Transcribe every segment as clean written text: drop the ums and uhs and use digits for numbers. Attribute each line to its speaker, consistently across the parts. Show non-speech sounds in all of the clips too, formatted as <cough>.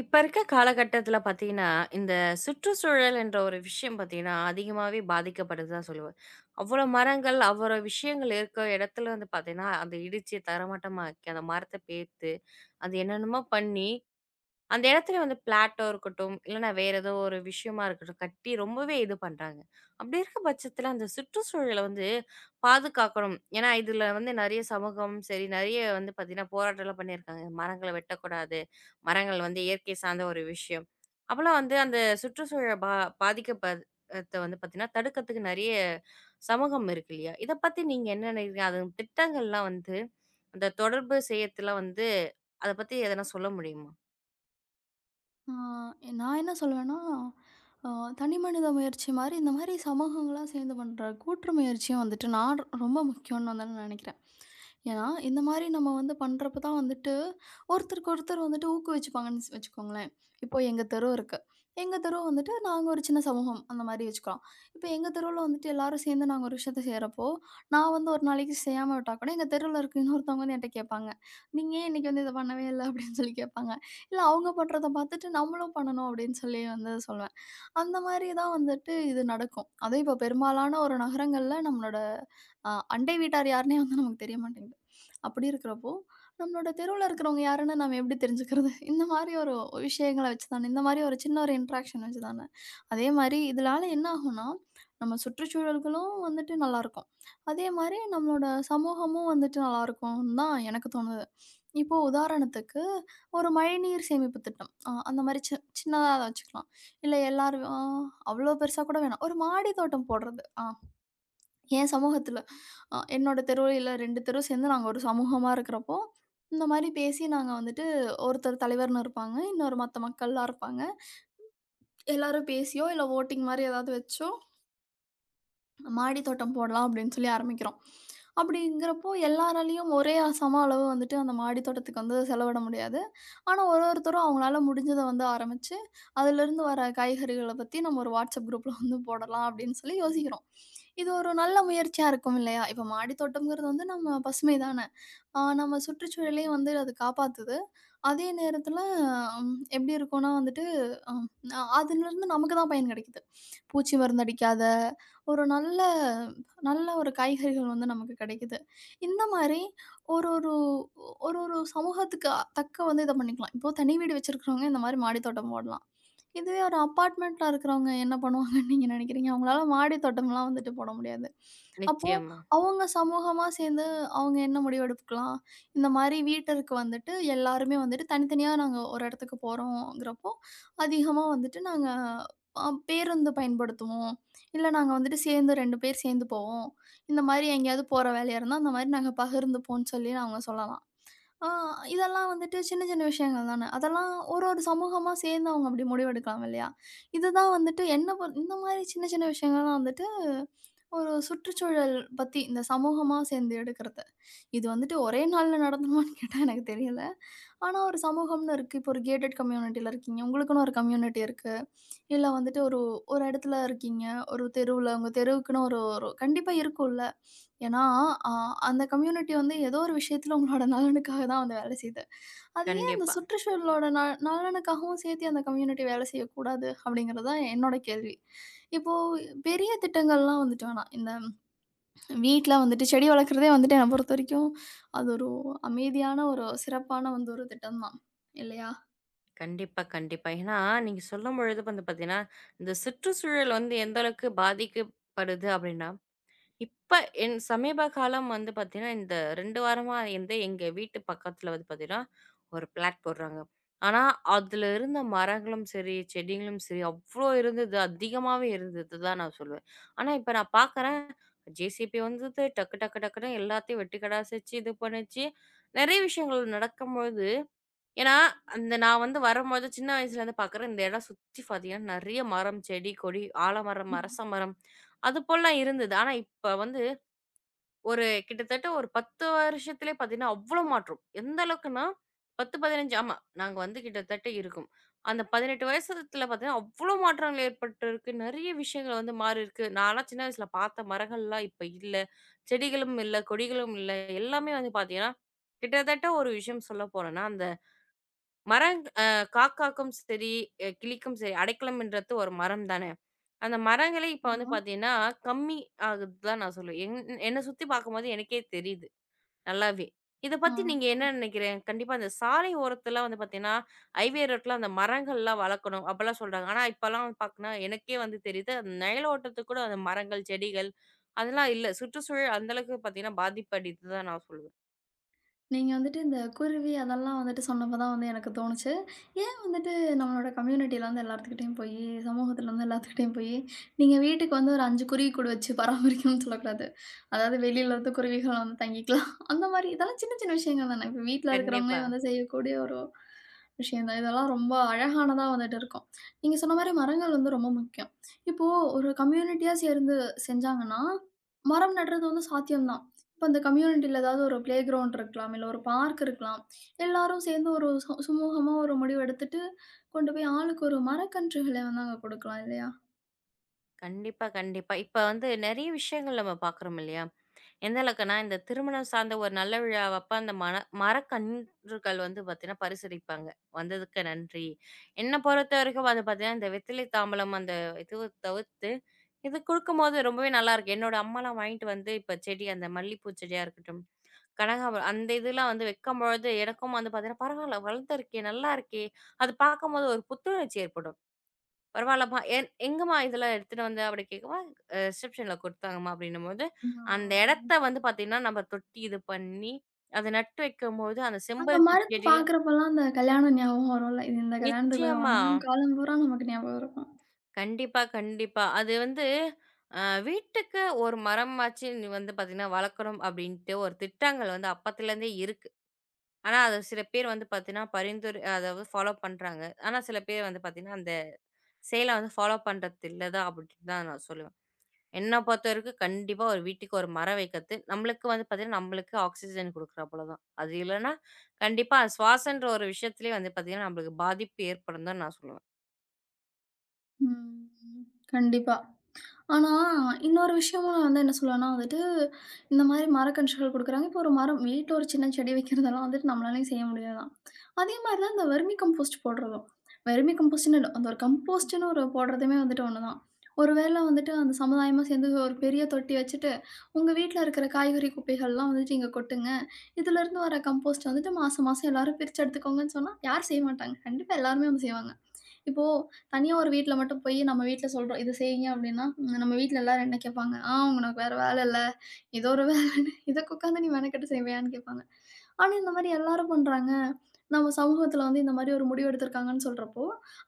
Speaker 1: இப்ப இருக்க காலகட்டத்துல பாத்தீங்கன்னா, இந்த சுற்றுச்சூழல் என்ற ஒரு விஷயம் பாத்தீங்கன்னா, அதிகமாவே பாதிக்கப்படுது தான் சொல்லுவேன். அவ்வளோ மரங்கள், அவ்வளோ விஷயங்கள் இருக்க இடத்துல வந்து பாத்தீங்கன்னா, அந்த இடிச்சு தரைமட்டமாக்கி, அந்த மரத்த பேத்து, அது என்னென்னமோ பண்ணி அந்த இடத்துல வந்து பிளாட்டோ இருக்கட்டும், இல்லன்னா வேற ஏதோ ஒரு விஷயமா இருக்கட்டும், கட்டி ரொம்பவே இது பண்றாங்க. அப்படி இருக்க பட்சத்துல அந்த சுற்றுச்சூழல வந்து பாதுகாக்கணும். ஏன்னா, இதுல வந்து நெறைய சமூகம் சரி, நெறைய வந்து பார்த்தீங்கன்னா, போராட்டம்லாம் பண்ணியிருக்காங்க. மரங்கள வெட்டக்கூடாது. மரங்கள் வந்து இயற்கை சார்ந்த ஒரு விஷயம். அப்பலாம் வந்து அந்த சுற்றுச்சூழல் பா பாதிக்கப்பத் த வந்து பார்த்தீங்கன்னா, தடுக்கிறதுக்கு நெறைய சமூகம் இருக்கு இல்லையா? இத பத்தி நீங்க என்ன நினைக்கிறீங்க? அது திட்டங்கள்லாம் வந்து அந்த தொடர்பு செய்யறதுலாம் வந்து அத பத்தி எதனா சொல்ல முடியுமா?
Speaker 2: ஆ, நான் என்ன சொல்லுவேன்னா, அ தனி மனித முயற்சி மாரி, இந்த மாரி சமூகங்களா சேர்ந்து பண்ற கூற்று முயற்சியும் வந்துட்டு நான் ரொம்ப முக்கியம்னு வந்து நான் நெனைக்கிறேன். ஏன்னா, இந்த மாரி நம்ம வந்து பண்றப்ப தான் வந்துட்டு, ஒருத்தருக்கு ஒருத்தர் வந்துட்டு ஊக்குவிச்சுப்பாங்கன்னு வச்சுக்கோங்களேன். இப்போ எங்க தெரு இருக்கு. எங்க தெரு வந்துட்டு நாங்க ஒரு சின்ன சமூகம் அந்த மாரி வச்சுக்கலாம். இப்ப எங்க தெருவுல வந்துட்டு எல்லாரும் சேர்ந்து நாங்க ஒரு விஷயத்த செய்றப்போ, நான் வந்து ஒரு நாளைக்கு செய்யாம விட்டா கூட, எங்க தெருவுல இருக்க இன்னொருத்தவங்க வந்து என்ட்ட கேட்பாங்க. "நீங்க ஏன் இன்னைக்கு வந்து இத பண்ணவே இல்ல?" அப்படின்னு சொல்லி கேட்பாங்க. இல்ல அவங்க பண்றத பார்த்துட்டு நம்மளும் பண்ணணும் அப்படின்னு சொல்லி வந்து சொல்லுவேன். அந்த மாரி தான் வந்துட்டு இது நடக்கும். அதுவும் இப்ப பெரும்பாலான ஒரு நகரங்கள்ல நம்மளோட அ அண்டை வீட்டார் யாருன்னே வந்து நமக்கு தெரிய மாட்டேங்குது. அப்படி இருக்கிறப்போ, நம்மளோட தெருவுல இருக்கிறவங்க யாருன்னு நம்ம எப்படி தெரிஞ்சுக்கிறது? <laughs> இந்த மாரி ஒரு விஷயங்கள வச்சு தானே. இந்த மாரி ஒரு சின்ன ஒரு இன்ட்ராக்ஷன் வச்சு தானே. அதே மாரி இதனால என்ன ஆகும்னா, நம்ம சுற்றுச்சூழல்களும் வந்துட்டு நல்லாருக்கும். அதே மாரி நம்மளோட சமூகமும் வந்துட்டு நல்லாருக்கும்னு தான் எனக்கு தோணுது. இப்போ உதாரணத்துக்கு, ஒரு மழைநீர் சேமிப்பு திட்டம். அந்த மாரி சின்னதா வச்சுக்கலாம். இல்ல எல்லாரும் அவ்ளோ பெருசா கூட வேணாம். ஒரு மாடி தோட்டம் போடுறது. என் சமூகத்துல, என்னோட தெருவுல இல்ல 2 தெரு சேர்ந்து நாங்க ஒரு சமூகமா இருக்கிறப்போ, இந்த மாரி பேசி நாங்க வந்துட்டு ஒருத்தர் தலைவர்ன்னு இருப்பாங்க. இன்னொரு மத்த மக்கள்லாம் இருப்பாங்க. எல்லாரும் பேசியோ, இல்ல வோட்டிங் மாரி ஏதாவது வச்சோ மாடி தோட்டம் போடலாம் அப்படின்னு சொல்லி ஆரம்பிக்கிறோம். அப்படிங்கிறப்போ எல்லாராலயும் ஒரே சம அளவு வந்துட்டு அந்த மாடி தோட்டத்துக்கு வந்து செலவிட முடியாது. ஆனா ஒருத்தரும் அவங்களால முடிஞ்சத வந்து ஆரம்பிச்சு, அதிலிருந்து வர காய்கறிகள பத்தி நம்ம ஒரு வாட்ஸ்அப் குரூப்ல வந்து போடலாம் அப்படின்னு சொல்லி யோசிக்கிறோம். இது ஒரு நல்ல முயற்சியா இருக்கும் இல்லையா? இப்ப மாடி தோட்டம்ங்கிறது வந்து நம்ம பசுமை தான. ஆ நம்ம சுற்றுச்சூழலையும் வந்து அது காப்பாத்துது. அதே நேரத்தில எப்படி இருக்கும்னா வந்துட்டு, அம் அ அதிலிருந்து நமக்கு தான் பயன் கிடைக்குது. பூச்சி மருந்து அடிக்காத ஒரு நல்ல நல்ல ஒரு காய்கறிகள் வந்து நமக்கு கிடைக்குது. இந்த மாரி ஒரு ஒரு ஒரு ஒரு சமூகத்துக்கு தக்க வந்து இத பண்ணிக்கலாம். இப்போ தனி வீடு வச்சிருக்கிறவங்க இந்த மாரி மாடி தோட்டம் போடலாம். இதுவே ஒரு அபார்ட்மெண்ட்ல இருக்கிறவங்க என்ன பண்ணுவாங்கன்னு நீங்க நினைக்கிறீங்க? அவங்களால மாடி தோட்டம்லாம் வந்துட்டு போட முடியாது. அப்போ
Speaker 1: நிச்சயமா.
Speaker 2: அவங்க சமூகமா சேர்ந்து அவங்க என்ன முடிவெடுக்கலாம்? இந்த மாரி வீட்டருக்கு வந்துட்டு எல்லாருமே வந்துட்டு தனித்தனியா நாங்க ஒரு இடத்துக்கு போறோம்ங்கிறப்போ, அதிகமா வந்துட்டு நாங்க பேருந்து பயன்படுத்துவோம். இல்ல நாங்க வந்துட்டு சேர்ந்து 2 பேர் சேர்ந்து போவோம். இந்த மாரி எங்கேயாவது போற வேலையா இருந்தா, அந்த மாரி நாங்க பகிர்ந்துப்போம்ன்னு சொல்லி அவங்க சொல்லலாம். ஆ இதெல்லாம் வந்துட்டு சின்ன சின்ன விஷயங்கள் தானே. அதெல்லாம் ஒரு ஒரு சமூகமா சேர்ந்து அவங்க அப்படி முடிவெடுக்கலாம் இல்லையா? இதுதான் வந்துட்டு என்ன பொறு இந்த மாரி சின்ன சின்ன விஷயங்கள்லாம் வந்துட்டு ஒரு சுற்றுச்சூழல் பத்தி, இந்த சமூகமா சேர்ந்து எடுக்குறது. இது வந்துட்டு ஒரே நாள்ல நடந்துமான்னு கேட்டா எனக்கு தெரியல. ஆனா ஒரு சமூகம்னு இருக்கு. இப்போ ஒரு கேட்டட் கம்யூனிட்டில இருக்கீங்க. உங்களுக்குன்னு ஒரு கம்யூனிட்டி இருக்கு. இல்ல வந்துட்டு ஒரு ஒரு இடத்துல இருக்கீங்க. ஒரு தெருவுல, உங்க தெருவுக்குன்னு ஒரு ஒரு கண்டிப்பா இருக்கும்ல. ஏன்னா, அ அந்த கம்யூனிட்டி வந்து ஏதோ ஒரு விஷயத்துல உங்களோட நலனுக்காக தான் வந்து வேலை செய்யுது. அது ஏன் அந்த
Speaker 1: கண்டிப்பா.
Speaker 2: சுற்றுச்சூழலோட நலனுக்காகவும் சேர்த்து அந்த கம்யூனிட்டி வேலை செய்யக்கூடாது? அப்படிங்கிறது தான் என்னோட கேள்வி. இப்போ பெரிய திட்டங்கள்லாம் வந்துட்டு வேணாம். இந்த வீட்ல வந்துட்டு செடி வளர்க்குறதே வந்துட்டு என்ன பொறுத்தவரைக்கும், அது ஒரு அமைதியான ஒரு சிறப்பான வந்து ஒரு திட்டம் தான். இல்லையா?
Speaker 1: கண்டிப்பா, கண்டிப்பா. ஏன்னா, நீங்க சொல்லும்பொழுது வந்து பார்த்தீங்கன்னா, இந்த சுற்றுச்சூழல் வந்து எந்த அளவுக்கு பாதிக்கப்படுது அப்படின்னா, இப்ப என் சமீப காலம் வந்து பார்த்தீங்கன்னா, இந்த 2 வாரமா வந்து எங்க வீட்டு பக்கத்துல வந்து பார்த்தீங்கன்னா, ஒரு பிளாட் போடுறாங்க. ஆனா, அதுல இருந்த மரங்களும் சரி, செடிகளும் சரி அவ்ளோ இருந்தது. அதிகமாவே இருந்தது தான் நான் சொல்லுவேன். ஆனா, இப்ப நான் பார்க்குறேன் ஜேசிபி வந்தது. டக்கு, டக்கு, டக்குன்னு எல்லாத்தையும் வெட்டி கடாசிச்சு, இது பண்ணுச்சு. நெறைய விஷயங்கள் நடக்கும்பொழுது ஏன்னா, அந்த நான் வந்து வரும்போது சின்ன வயசுலேருந்து பார்க்குறேன். இந்த இடம் சுத்தி பார்த்தீங்கன்னா, நெறைய மரம், செடி, கொடி, ஆலமரம், அரச
Speaker 2: ம்.
Speaker 1: மரம் அது போலலாம் இருந்தது. ஆனா, இப்ப வந்து ஒரு கிட்டத்தட்ட ஒரு 10 வருஷத்திலே பார்த்தீங்கன்னா, அவ்ளோ மாற்றம். எந்த அளவுக்குன்னா, 10, 15 ஆமா. நாங்க வந்து கிட்டத்தட்ட இருக்கும். அந்த 18 வயசுல பார்த்தீங்கன்னா, அவ்ளோ மாற்றங்கள் ஏற்பட்டிருக்கு. நெறைய விஷயங்கள் வந்து மாறியிருக்கு. நான்லாம் சின்ன வயசுல பார்த்த மரங்கள்லாம் இப்ப இல்ல. செடிகளும் இல்ல, கொடிகளும் இல்ல. எல்லாமே வந்து பார்த்தீங்கன்னா, கிட்டத்தட்ட ஒரு விஷயம் சொல்ல போனோம்னா, அந்த மரங் அ காக்காக்கும் சரி, கிளிக்கும் சரி, அடைக்கலம்ன்றது ஒரு மரம் தானே! அந்த மரங்களே இப்ப வந்து
Speaker 2: ஆமா.
Speaker 1: பார்த்தீங்கன்னா, கம்மி ஆகுது தான் நான் சொல்லுவேன். என் என்ன சுத்தி பார்க்கும்போது எனக்கே தெரியுது, நல்லாவே. இத
Speaker 2: ஆ.
Speaker 1: பத்தி நீங்க என்ன நினைக்கிறீங்க? கண்டிப்பா அந்த சாலை ஓரத்துல வந்து பார்த்தீங்கன்னா, ஹைவே ரோட்ல அந்த மரங்கள்லாம் வளர்க்கணும், அப்பலாம் சொல்றாங்க. ஆனா, இப்பலாம் பார்க்கனா எனக்கே வந்து தெரியுது, அந்த நிழல் ஓட்டத்துக்கு கூட அந்த மரங்கள், செடிகள் அதெல்லாம் இல்ல. சுற்றுச்சூழல் அந்த அளவுக்கு பார்த்தீங்கன்னா, பாதிப்படையுது தான் நான் சொல்லுவேன்.
Speaker 2: நீங்க வந்துட்டு இந்த குருவி அதெல்லாம் வந்துட்டு சொன்னப்ப தான் வந்து எனக்கு தோணுச்சு. ஏன் வந்துட்டு நம்மளோட கம்யூனிட்டில வந்து எல்லாத்துக்கிட்டயும் போயி, சமூகத்துல வந்து எல்லாத்துக்கிட்டயும் போயி, நீங்க வீட்டுக்கு வந்து ஒரு 5 குருவிக்கூடு வச்சு பராமரிக்கணும்னு சொல்லக்கூடாது. அதாவது வெளியில இருந்து குருவிகள் வந்து தங்கிக்கலாம். அந்த மாரி இதெல்லாம் சின்ன சின்ன விஷயங்கள் தானே. இப்ப வீட்ல
Speaker 1: கண்டிப்பா.
Speaker 2: இருக்கிறவங்களே வந்து செய்யக்கூடிய ஒரு விஷயம் தான். இதெல்லாம் ரொம்ப அழகானதா வந்துட்டு இருக்கும். நீங்க சொன்ன மாரி மரங்கள் வந்து ரொம்ப முக்கியம். இப்போ ஒரு கம்யூனிட்டியா சேர்ந்து செஞ்சாங்கன்னா, மரம் நடுறது வந்து சாத்தியம் தான். இப்ப அந்த கம்யூனிட்டில ஏதாவது ஒரு பிளே கிரவுண்ட் இருக்கலாம். இல்ல ஒரு பார்க் இருக்கலாம். எல்லாரும் சேர்ந்து ஒரு சுமூகமா ஒரு முடிவு எடுத்துட்டு, கொண்டு போய் ஆளுக்கு ஒரு மரக்கன்றுகள வந்து அங்க கொடுக்கலாம் இல்லையா?
Speaker 1: கண்டிப்பா, கண்டிப்பா. இப்ப வந்து நெறைய விஷயங்கள் நம்ம பார்க்குறோம் இல்லயா? எந்த அளவுக்குன்னா, இந்த திருமணம் சார்ந்த ஒரு நல்ல விழாவப்ப அந்த மன மரக்கன்றுகள் வந்து பார்த்தீங்கன்னா, பரிசளிப்பாங்க. வந்ததுக்கு நன்றி. என்ன பொறுத்தவரைக்கும் அது பார்த்தீங்கன்னா, இந்த வெத்திலை தாம்பலம் அந்த இதுவ தவிர்த்து, இது குடுக்கும்போது ரொம்பவே நல்லாருக்கு. என்னோட அம்மாலாம் வாங்கிட்டு வந்து இப்ப செடி அந்த மல்லிப்பூ செடியா இருக்கட்டும், கனகாம்பரம் அந்த இதெல்லாம் வந்து வைக்கும்பொழுது எனக்கும் வந்து பார்த்தீங்கன்னா, பரவால்ல வளர்ந்துருக்கே! நல்லாருக்கே! அது பார்க்கும்போது ஒரு புத்துணர்ச்சி ஏற்படும். பரவாயில்லம்மா. என் எங்கம்மா இதெல்லாம் எடுத்துட்டு வந்த? அப்படி கேட்கவா, ரிசப்ஷன்ல குடுத்தாங்கம்மா அப்படின்னும்போது, அந்த
Speaker 2: ம்.
Speaker 1: இடத்த வந்து பார்த்தீங்கன்னா, நம்ம தொட்டி இது பண்ணி, அத நட்டு வைக்கும்போது, அந்த
Speaker 2: அந்த
Speaker 1: செம்பருத்தி
Speaker 2: மரத்த
Speaker 1: செடியில
Speaker 2: பார்க்குறப்பலாம் அந்த கல்யாணம் ஞாபகம் வரும்ல. இது இந்த கல்யாணத்துக்கு போய்
Speaker 1: நிச்சயமா.
Speaker 2: வாங்குனதுன்னு காலம் பூரா நமக்கு ஞாபகம் இருக்கும்.
Speaker 1: கண்டிப்பா, கண்டிப்பா. அது வந்து அ வீட்டுக்கு ஒரு மரமாச்சு நீ வந்து பார்த்தீங்கன்னா, வளர்க்கணும் அப்படின்ட்டு ஒரு திட்டங்கள் வந்து அப்பத்துலேருந்தே இருக்கு. ஆனா, அது சில பேர் வந்து பார்த்தீங்கன்னா, பரிந்துரை அதாவது ஃபாலோ பண்றாங்க. ஆனா, சில பேர் வந்து பார்த்தீங்கன்னா, அந்த செயல வந்து ஃபாலோ பண்றது இல்ல தான் அப்படின்னு தான் நான் சொல்லுவேன். என்ன பொறுத்த வரைக்கும் கண்டிப்பா ஒரு வீட்டுக்கு ஒரு மரம் வைக்கிறது நம்மளுக்கு வந்து பார்த்தீங்கன்னா, நம்மளுக்கு ஆக்ஸிஜன் குடுக்குறா போல தான். அது இல்லன்னா, கண்டிப்பா சுவாசன்ற ஒரு விஷயத்திலயே வந்து பார்த்தீங்கன்னா, நம்மளுக்கு பாதிப்பு ஏற்படும் தான் நான் சொல்லுவேன்.
Speaker 2: ம். கண்டிப்பா. ஆனா, இன்னொரு விஷயமும் நான் வந்து என்ன சொல்லுவேன்னா வந்துட்டு, இந்த மாரி மரக்கன்றுகள் குடுக்குறாங்க. இப்போ ஒரு மரம் வீட்ல ஒரு சின்ன செடி வைக்கிறதெல்லாம் வந்துட்டு நம்மளாலயும் செய்ய முடியாது தான். அதே மாரி தான் இந்த வெர்மி கம்போஸ்ட் போடுறதும். வெர்மி கம்போஸ்ட்ன்னு இல்ல. அந்த ஒரு கம்போஸ்ட்ன்னு ஒரு போடுறதுமே வந்துட்டு ஒண்ணு தான். ஒரு வேள வந்துட்டு அந்த சமுதாயமா சேர்ந்து ஒரு பெரிய தொட்டி வச்சுட்டு, உங்க வீட்ல இருக்கிற காய்கறி குப்பைகள்லாம் வந்துட்டு இங்க கொட்டுங்க. இதுலருந்து வர கம்போஸ்ட் வந்துட்டு மாசம் மாசம் எல்லாரும் பிரிச்சு எடுத்துக்கோங்கன்னு சொன்னா, யார் செய்ய மாட்டாங்க. கண்டிப்பா எல்லாருமே வந்து செய்வாங்க. இப்போ தனியா ஒரு வீட்ல மட்டும் போயி நம்ம வீட்ல சொல்றோம். "இத செய்யுங்க" அப்டின்னா, நம்ம வீட்ல எல்லாரும் என்ன கேட்பாங்க? "ஆ உனக்கு வேற வேல இல்ல. ஏதோ ஒரு வேலன்னு இதுக்கு உட்காந்து <laughs> நீ மெனக்கெட்டு செய்வியான்னு?" கேட்பாங்க. ஆனா இந்த மாரி எல்லாரும் பண்றாங்க. நம்ம சமூகத்துல வந்து இந்த மாரி ஒரு முடிவு எடுத்திருக்காங்கன்னு சொல்றப்போ,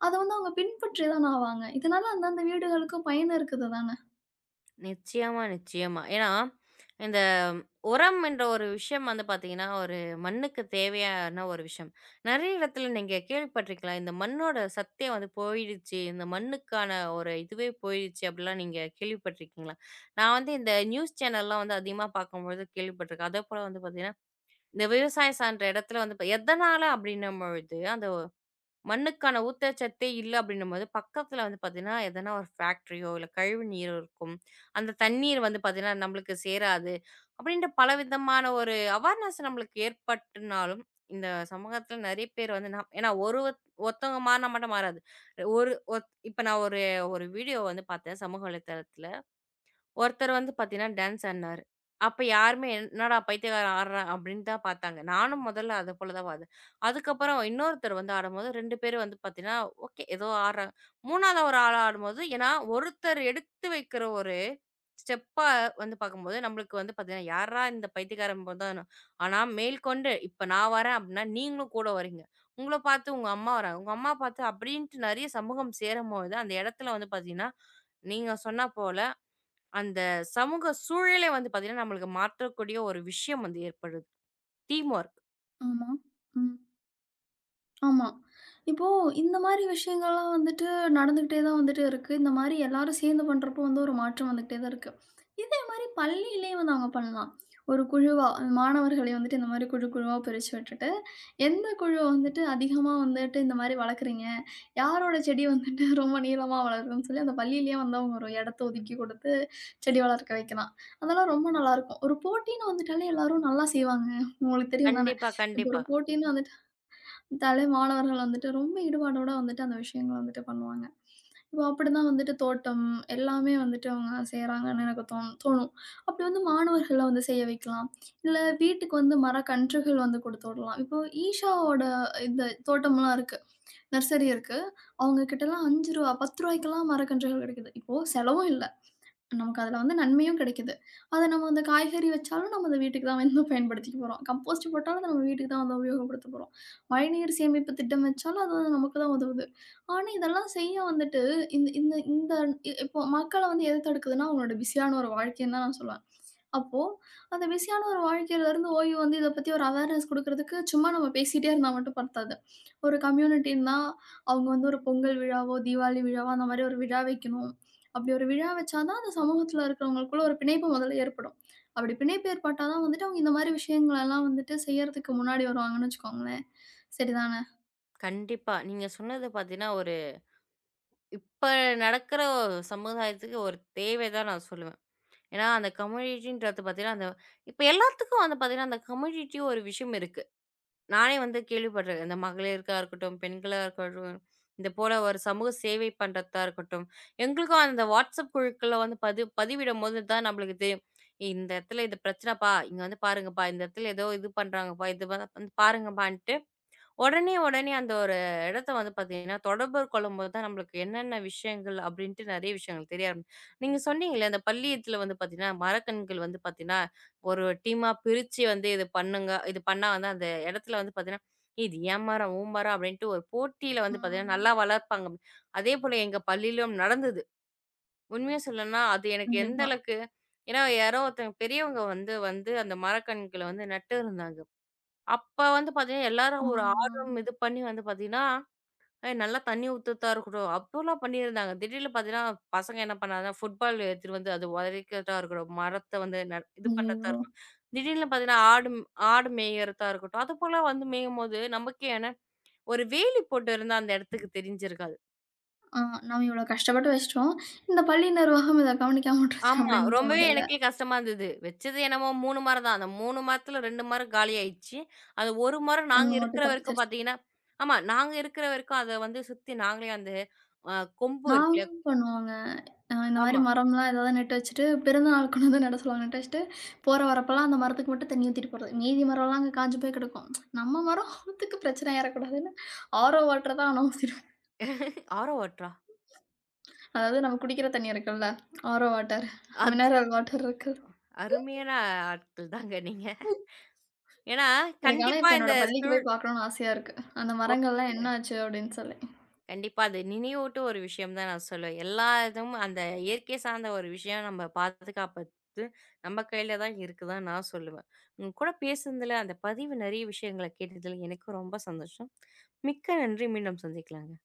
Speaker 2: அத வந்து அவங்க பின்பற்றி தான ஆவாங்க. இதனால அந்தந்த வீடுகளுக்கும் பயன் இருக்குது தான?
Speaker 1: நிச்சயமா, நிச்சயமா. ஏன்னா, இந்த உரம் என்ற ஒரு விஷயம் வந்து பார்த்தீங்கன்னா, ஒரு மண்ணுக்கு தேவையான ஒரு விஷயம். நெறைய இடத்துல நீங்க கேள்விப்பட்டிருக்கலாம். இந்த மண்ணோட சத்தே வந்து போயிடுச்சு. இந்த மண்ணுக்கான ஒரு இதுவே போயிடுச்சு அப்படிலாம் நீங்க கேள்விப்பட்டிருக்கீங்களா? நான் வந்து இந்த நியூஸ் சேனல்லாம் வந்து அதிகமா பார்க்கும்பொழுது கேள்விப்பட்டிருக்கேன். அதேபோல வந்து பார்த்தீங்கன்னா, இந்த விவசாயம் சார்ந்த இடத்துல வந்து எதனால அப்படின்னும் பொழுது அந்த மண்ணுக்கான ஊட்டச்சத்தே இல்ல அப்படின்னும்போது, பக்கத்துல வந்து பாத்தீங்கன்னா, எதனா ஒரு ஃபேக்டரியோ, இல்ல கழிவு நீரோ இருக்கும். அந்த தண்ணீர் வந்து பாத்தீங்கன்னா, நம்மளுக்கு சேராது. அப்படின்ற பலவிதமான ஒரு அவேர்னஸ் நம்மளுக்கு ஏற்பட்டுனாலும், இந்த சமூகத்துல நெறைய பேர் வந்து நம் ஏன்னா ஒரு ஒருத்தவங்க மாறுனா மட்டும் மாறாது. ஒரு ஒத் இப்ப நான் ஒரு ஒரு வீடியோ வந்து பாத்தேன் சமூக வலைதளத்துல. ஒருத்தர் வந்து பார்த்தீங்கன்னா, டான்ஸ் ஆடுனாரு. அப்ப யாருமே "என்னடா பைத்தியக்காரன் ஆடுறான்" அப்படின்னு தான் பார்த்தாங்க. நானும் முதல்ல அது போல தான் பார்த்தேன். அதுக்கப்புறம் இன்னொருத்தர் வந்து ஆடும்போது 2 பேரும் வந்து பார்த்தீங்கன்னா, ஓகே ஏதோ ஆடுறாங்க. 3வது ஒரு ஆள் ஆடும்போது ஏன்னா ஒருத்தர் எடுத்து வைக்கிற ஒரு ஸ்டெப்பா வந்து பார்க்கும்போது, நம்மளுக்கு வந்து பார்த்தீங்கன்னா, யார்ரா இந்த பைத்தியக்காரன் போல தான் ஆனா மேல்கொண்டு இப்ப நான் வரேன் அப்படின்னா, நீங்களும் கூட வரீங்க. உங்கள பார்த்து உங்க அம்மா வராங்க. உங்க அம்மா பார்த்து அப்படின்ட்டு நெறைய சமூகம் சேரும்போது, அந்த இடத்துல வந்து பார்த்தீங்கன்னா, நீங்க சொன்னா போல அந்த சமூக சூழலே வந்து பார்த்தீங்கன்னா, நம்மளுக்கு மாற்றக்கூடிய ஒரு விஷயம் வந்து ஏற்படுது. Team work.
Speaker 2: ஆமா. ம். ஆமா. இப்போ இந்த மாரி விஷயங்கள்லாம் வந்துட்டு நடந்துகிட்டே தான் வந்துட்டு இருக்கு. இந்த மாரி எல்லாரும் சேர்ந்து பண்றப்போ வந்து ஒரு மாற்றம் வந்துகிட்டே தான் இருக்கு. இதே மாரி பள்ளியிலேயே வந்து அவங்க பண்ணலாம். ஒரு குழுவா அந்த மாணவர்களை வந்துட்டு இந்த மாரி குழு குழுவா பிரிச்சு விட்டுட்டு, எந்த குழு வந்துட்டு அதிகமா வந்துட்டு இந்த மாரி வளர்க்குறீங்க? யாரோட செடி வந்துட்டு <laughs> ரொம்ப நீளமா வளருதுன்னு சொல்லி அந்த பள்ளியிலேயே வந்து அவங்க ஒரு இடத்த ஒதுக்கி குடுத்து செடி வளர்க்க வைக்கலாம். அதெல்லாம் ரொம்ப நல்லாருக்கும். ஒரு போட்டின்னு வந்துட்டாலே எல்லாரும் நல்லா செய்வாங்க. உங்களுக்கு தெரியும் தானே?
Speaker 1: கண்டிப்பா,
Speaker 2: இப்போ ஒரு
Speaker 1: கண்டிப்பா.
Speaker 2: போட்டின்னு வந்துட்டா தலை மாணவர்கள் வந்துட்டு ரொம்ப ஈடுபாடோட வந்துட்டு அந்த விஷயங்கள வந்துட்டு பண்ணுவாங்க. இப்போ அப்படிதான் வந்துட்டு தோட்டம் எல்லாமே வந்துட்டு அவங்க செய்றாங்கன்னு எனக்கு தோணும். அப்படி வந்து மாணவர்கள வந்து செய்ய வைக்கலாம். இல்ல வீட்டுக்கு வந்து மரக்கன்றுகள் வந்து குடுத்து விடலாம். இப்போ ஈஷாவோட இந்த தோட்டம்லாம் இருக்கு. நர்சரி இருக்கு. அவங்க கிட்டலாம் ரூ. 5 ரூ. 10 ரூவாய்க்கெல்லாம் மரக்கன்றுகள் கிடைக்குது. இப்போ செலவும் இல்ல. நமக்கு அதுல வந்து நன்மையும் கிடைக்குது. அத நம்ம அந்த காய்கறி வச்சாலும் நம்ம அத வீட்டுக்கு தான் வந்து பயன்படுத்திக்க போறோம். கம்போஸ்ட் போட்டாலும் அத நம்ம வீட்டுக்கு தான் வந்து உபயோகப்படுத்த போறோம். மழைநீர் சேமிப்பு திட்டம் வச்சாலும் அது வந்து நமக்கு தான் உதவுது. ஆனா, இதெல்லாம் செய்ய வந்துட்டு இந்த இந்த இந்த இ- இப்போ மக்கள வந்து எது தடுக்குதுன்னா, அவங்களோட பிஸியான ஒரு வாழ்க்கைன்னு தான் நான் சொல்லுவேன். அப்போ அந்த பிஸியான ஒரு வாழ்க்கையிலருந்து ஓய்வு வந்து இத பத்தி ஒரு அவேர்னஸ் குடுக்குறதுக்கு சும்மா நம்ம பேசிட்டே இருந்தா மட்டும் பத்தாது. ஒரு கம்யூனிட்டின்னா, அவங்க வந்து ஒரு பொங்கல் விழாவோ, தீபாவளி விழாவோ அந்த மாரி ஒரு விழா வைக்கணும். அப்படி ஒரு விழா வச்சா தான் அந்த சமூகத்துல இருக்கிறவங்களுக்குள்ள ஒரு பிணைப்பு முதல்ல ஏற்படும். அப்படி பிணைப்பு ஏற்பட்டா தான் வந்துட்டு அவங்க இந்த மாரி விஷயங்களெல்லாம் வந்துட்டு செய்யறதுக்கு முன்னாடி வருவாங்கன்னு வச்சுக்கோங்களேன். சரிதானே?
Speaker 1: கண்டிப்பா. நீங்க சொன்னது பார்த்தீங்கன்னா, ஒரு இப்ப நடக்கிற சமுதாயத்துக்கு ஒரு தேவை தான் நான் சொல்லுவேன். ஏன்னா, அந்த கம்யூனிட்டின்றது பார்த்தீங்கன்னா, அந்த இப்ப எல்லாத்துக்கும் வந்து பார்த்தீங்கன்னா, அந்த கம்யூனிட்டி ஒரு விஷயம் இருக்கு. நானே வந்து கேள்விப்பட்டேன். இந்த மகளிருக்கா இருக்கட்டும், பெண்களா இருக்கட்டும், இந்த போல ஒரு சமூக சேவை பண்றதா இருக்கட்டும். எங்களுக்கும் அந்த WhatsApp குழுக்கள்ல வந்து பதிவிடும்போது தான் நம்மளுக்கு தெரியும். "ஏய், இந்த இடத்துல இது பிரச்சனைப்பா, இங்க வந்து பாருங்கப்பா, இந்த இடத்துல ஏதோ இது பண்றாங்கப்பா, இது வந்து வந்து பாருங்கப்பான்ட்டு உடனே, உடனே அந்த ஒரு இடத்த வந்து பார்த்தீங்கன்னா, தொடர்பு கொள்ளும்போது தான் நம்மளுக்கு என்னென்ன விஷயங்கள் அப்படின்ட்டு நெறைய விஷயங்கள் தெரிய ஆரம்பி நீங்க சொன்னீங்கல்ல, அந்த பள்ளியத்தில வந்து பார்த்தீங்கன்னா, மரக்கண்கள் வந்து பார்த்தீங்கன்னா, ஒரு டீமா பிரிச்சு வந்து இது பண்ணுங்க. இது பண்ணா வந்து அந்த இடத்துல வந்து பார்த்தீங்கன்னா, "இது என் மரம், உன் மரம்" அப்படின்ட்டு ஒரு போட்டியில வந்து பார்த்தீங்கன்னா,
Speaker 2: ம்.
Speaker 1: நல்லா வளர்ப்பாங்க. அதேபோல எங்க பள்ளியிலும் நடந்தது. உண்மையா சொல்லணும்னா, அது எனக்கு எந்த
Speaker 2: கண்டிப்பா.
Speaker 1: அளவுக்கு ஏன்னா யாரோ ஒருத்தங்க பெரியவங்க வந்து வந்து அந்த மரக்கன்கள வந்து நட்டு இருந்தாங்க. அப்ப வந்து பார்த்தீங்கன்னா, எல்லாரும் ஒரு ஆர்வம்
Speaker 2: ம்.
Speaker 1: இது பண்ணி வந்து பார்த்தீங்கன்னா, "ஏய் நல்லா தண்ணி ஊத்துறதா இருக்கட்டும்." அப்போலாம் பண்ணியிருந்தாங்க. திடீர்னு பார்த்தீங்கன்னா, பசங்க என்ன பண்ணாங்கன்னா, ஃபுட்பால் எடுத்துட்டு வந்து அது உதைக்கிறதா இருக்கட்டும், மரத்த வந்து இது பண்ணுறதா
Speaker 2: ஐயய்யோ!
Speaker 1: இருக்கட்டும். திடீர்னு பார்த்தீங்கன்னா, ஆடு மேயறதா இருக்கட்டும். அதுபோல வந்து மேயும்போது நமக்கே ஏன்னா ஒரு வேலி போட்டு இருந்தா அந்த இடத்துக்கு தெரிஞ்சிருக்காது.
Speaker 2: ஆ நாம இவ்வளோ கஷ்டப்பட்டு வச்சுட்டோம். இந்த பள்ளி நிர்வாகம் இத கவனிக்காம விட்டுருச்சு
Speaker 1: ஆமா.
Speaker 2: அப்படின்னு
Speaker 1: ரொம்பவே
Speaker 2: தோணுதுல்ல.
Speaker 1: எனக்கே கஷ்டமா இருந்தது. வச்சது என்னமோ 3 மரம் தான். அந்த 3 மரத்துல 2 மரம் காலியாயிடுச்சு. அது 1 மரம் நாங்க
Speaker 2: ஒண்ணு
Speaker 1: இருக்கிற
Speaker 2: மட்டும்
Speaker 1: வரைக்கும்
Speaker 2: தப்பிச்சிருச்சு.
Speaker 1: பார்த்தீங்கன்னா ஆமா. நாங்க இருக்கிற வரைக்கும் அத வந்து சுத்தி நாங்களே அந்த அ கொம்பு இருக்கு இல்லையா?
Speaker 2: நாங்களும் பண்ணுவோங்க. இந்த மாரி
Speaker 1: ஆமா.
Speaker 2: மரம்லாம் ஏதாவது நட்டு வச்சுட்டு, பிறந்தநாள் கொண்டு வந்து நட சொல்லுவாங்க. நட்டு வச்சுட்டு, போற வரப்பலாம் அந்த மரத்துக்கு மட்டும் தண்ணி ஊத்திட்டு போறது. மீதி மரம்லாம் அங்க காஞ்சு போய் கெடக்கும். நம்ம மரத்துக்கு பிரச்சனை ஆயிறக்கூடாதுன்னு, ஆரோ வாட்டர் தான் ஆனா ஊத்திருவேன்.
Speaker 1: ஆரோ வாட்டரா?
Speaker 2: அதாவது நம்ம குடிக்கிற தண்ணி இருக்குல்ல, ஆரோ வாட்டர்,
Speaker 1: அது
Speaker 2: மினரல் வாட்டர் இருக்கு.
Speaker 1: அருமையான ஆட்கள் தாங்க நீங்க. ஏன்னா,
Speaker 2: எனக்கு ஆனா
Speaker 1: கண்டிப்பா
Speaker 2: இப்ப
Speaker 1: இந்த
Speaker 2: என்னோட
Speaker 1: சு
Speaker 2: பள்ளிக்கு போய் பார்க்கணும்னு ஆசையா இருக்கு. அந்த மரங்கள்லாம் என்ன ஆச்சு அப்படின்னு சொல்லி.
Speaker 1: கண்டிப்பா. அது நினைவூட்டும் ஒரு விஷயம் தான் நான் சொல்லுவேன். எல்லா இதுவும் அந்த இயற்கை சார்ந்த ஒரு விஷயம் நம்ம பாதுகாப்பது நம்ம கையில தான் இருக்குதான்னு நான் சொல்லுவேன். உங்க கூட பேசுனதுல அந்த பதிவு நெறைய விஷயங்கள கேட்டதில எனக்கும் ரொம்ப சந்தோஷம். மிக்க நன்றி. மீண்டும் சந்திக்கலாங்க.